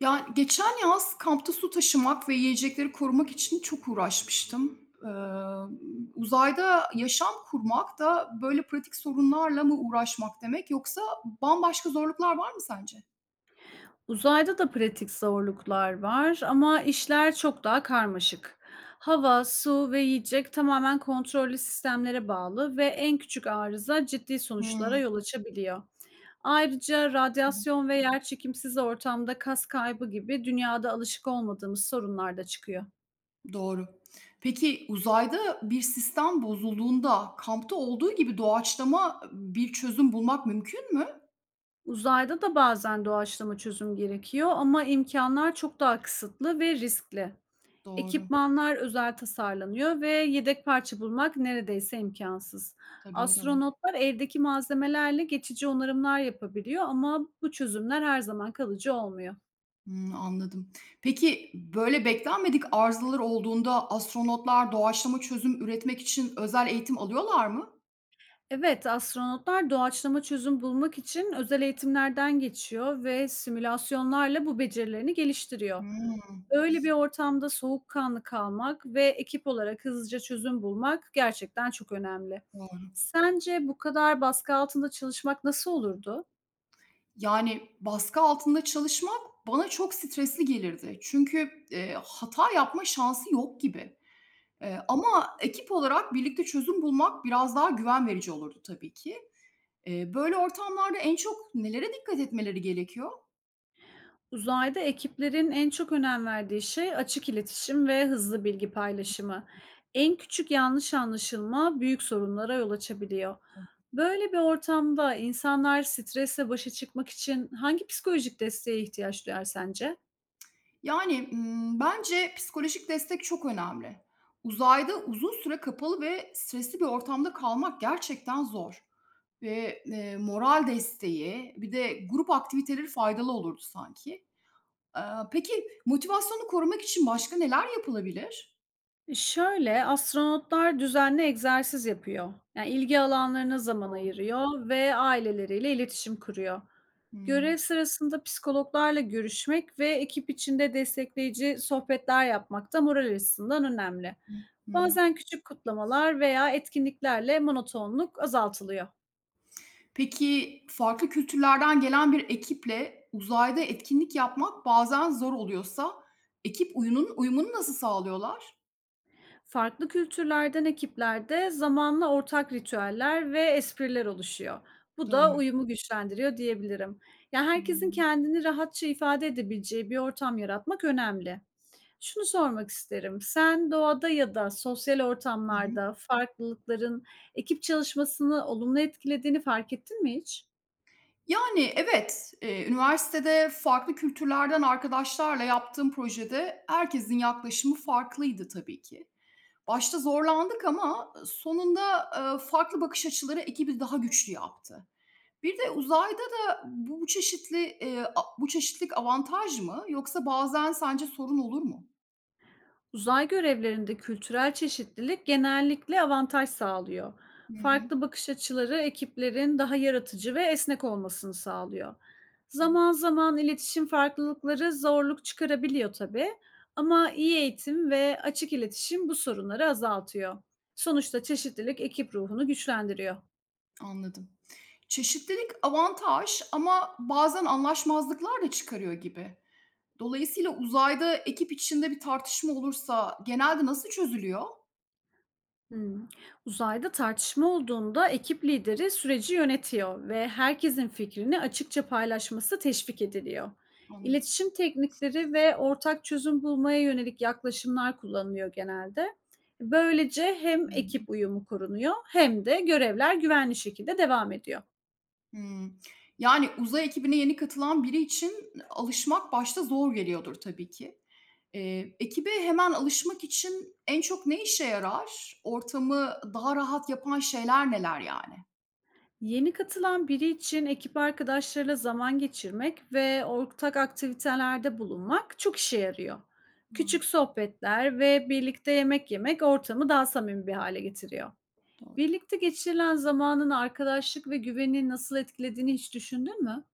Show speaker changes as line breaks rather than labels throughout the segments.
Ya, geçen yaz kampta su taşımak ve yiyecekleri korumak için çok uğraşmıştım. Eee, Uzayda yaşam kurmak da böyle pratik sorunlarla mı uğraşmak demek yoksa bambaşka zorluklar var mı sence?
Uzayda da pratik zorluklar var ama işler çok daha karmaşık. Hava, su ve yiyecek tamamen kontrollü sistemlere bağlı ve en küçük arıza ciddi sonuçlara
Hımm.
yol açabiliyor. Ayrıca radyasyon ve yerçekimsiz ortamda kas kaybı gibi dünyada alışık olmadığımız sorunlar da çıkıyor.
Doğru. Peki uzayda bir sistem bozulduğunda kampta olduğu gibi doğaçlama bir çözüm bulmak mümkün mü?
Uzayda da bazen doğaçlama çözüm gerekiyor ama imkanlar çok daha kısıtlı ve riskli.
Doğru.
Ekipmanlar özel tasarlanıyor ve yedek parça bulmak neredeyse imkansız.
Tabii, o da var.
Astronotlar evdeki malzemelerle geçici onarımlar yapabiliyor ama bu çözümler her zaman kalıcı olmuyor.
Hımm, anladım. Peki, böyle beklenmedik arızalar olduğunda astronotlar doğaçlama çözüm üretmek için özel eğitim alıyorlar mı?
Evet, astronotlar doğaçlama çözüm bulmak için özel eğitimlerden geçiyor ve simülasyonlarla bu becerilerini geliştiriyor.
Hımm,
Öyle bir ortamda soğukkanlı kalmak ve ekip olarak hızlıca çözüm bulmak gerçekten çok önemli.
doğru.
Sence bu kadar baskı altında çalışmak nasıl olurdu?
Yani baskı altında çalışmak bana çok stresli gelirdi. Çünkü, hata yapma şansı yok gibi. Ama ekip olarak birlikte çözüm bulmak biraz daha güven verici olurdu tabii ki. Böyle ortamlarda en çok nelere dikkat etmeleri gerekiyor?
Uzayda ekiplerin en çok önem verdiği şey açık iletişim ve hızlı bilgi paylaşımı. En küçük yanlış anlaşılma büyük sorunlara yol açabiliyor. Böyle bir ortamda insanlar stresle başa çıkmak için hangi psikolojik desteğe ihtiyaç duyar sence?
Yani, bence psikolojik destek çok önemli. Uzayda uzun süre kapalı ve stresli bir ortamda kalmak gerçekten zor ve, moral desteği, bir de grup aktiviteleri faydalı olurdu sanki. Aaa, peki motivasyonu korumak için başka neler yapılabilir?
Şöyle, astronotlar düzenli egzersiz yapıyor. Yani ilgi alanlarına zaman
Doğru.
ayırıyor ve aileleriyle iletişim kuruyor. Görev
Hımm.
sırasında psikologlarla görüşmek ve ekip içinde destekleyici sohbetler yapmak da moral açısından önemli.
Hı hı.
Bazen küçük kutlamalar veya etkinliklerle monotonluk azaltılıyor.
Peki farklı kültürlerden gelen bir ekiple uzayda etkinlik yapmak bazen zor oluyorsa ekip uyumunu nasıl sağlıyorlar?
Farklı kültürlerden ekiplerde zamanla ortak ritüeller ve espriler oluşuyor. Bu da
Doğru.
uyumu güçlendiriyor diyebilirim. Yani herkesin
Hımm.
kendini rahatça ifade edebileceği bir ortam yaratmak önemli. Şunu sormak isterim. Sen doğada ya da sosyal
Hı hı.
ortamlarda farklılıkların ekip çalışmasını olumlu etkilediğini fark ettin mi hiç?
Yani, evet, üniversitede farklı kültürlerden arkadaşlarla yaptığım projede herkesin yaklaşımı farklıydı tabii ki. Başta zorlandık ama, sonunda, farklı bakış açıları ekibi daha güçlü yaptı. Bir de uzayda da bu çeşitli, a bu çeşitlilik avantaj mı yoksa bazen sence sorun olur mu?
Uzay görevlerinde kültürel çeşitlilik genellikle avantaj sağlıyor.
Hı hı.
Farklı bakış açıları ekiplerin daha yaratıcı ve esnek olmasını sağlıyor.
Evet,
Zaman zaman iletişim farklılıkları zorluk çıkarabiliyor tabii ama iyi eğitim ve açık iletişim bu sorunları azaltıyor. Sonuçta çeşitlilik ekip ruhunu güçlendiriyor.
anladım. Çeşitlilik avantaj ama bazen anlaşmazlıklar da çıkarıyor gibi. Dolayısıyla uzayda ekip içinde bir tartışma olursa genelde nasıl çözülüyor?
Hımm. Uzayda tartışma olduğunda ekip lideri süreci yönetiyor ve herkesin fikrini açıkça paylaşması teşvik ediliyor.
Anladım.
İletişim teknikleri ve ortak çözüm bulmaya yönelik yaklaşımlar kullanılıyor genelde. Böylece hem
Hımm.
ekip uyumu korunuyor hem de görevler güvenli şekilde devam ediyor.
Hımm. Yani uzay ekibine yeni katılan biri için alışmak başta zor geliyordur tabii ki. Ekibe hemen alışmak için en çok ne işe yarar? Ortamı daha rahat yapan şeyler neler yani?
Yeni katılan biri için ekip arkadaşlarıyla zaman geçirmek ve ortak aktivitelerde bulunmak çok işe yarıyor. Küçük
Anladım.
sohbetler ve birlikte yemek yemek ortamı daha samimi bir hale getiriyor. Birlikte geçirilen zamanın arkadaşlık ve güveni nasıl etkilediğini hiç düşündün mü?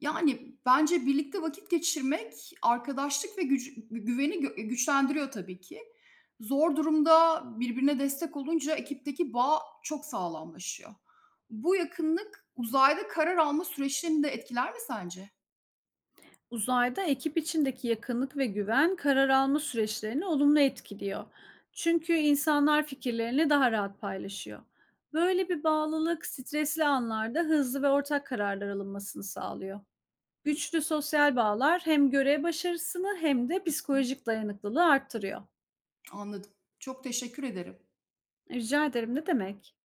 Yani, bence birlikte vakit geçirmek arkadaşlık ve güveni gö güçlendiriyor tabii ki. Zor durumda birbirine destek olunca ekipteki bağ çok sağlamlaşıyor. Bu yakınlık uzayda karar alma süreçlerini de etkiler mi sence?
Uzayda ekip içindeki yakınlık ve güven karar alma süreçlerini olumlu etkiliyor. Çünkü insanlar fikirlerini daha rahat paylaşıyor. Böyle bir bağlılık stresli anlarda hızlı ve ortak kararlar alınmasını sağlıyor. Güçlü sosyal bağlar hem görev başarısını hem de
Hı,
psikolojik dayanıklılığı arttırıyor.
anladım. Çok teşekkür ederim.
Rica ederim ne demek?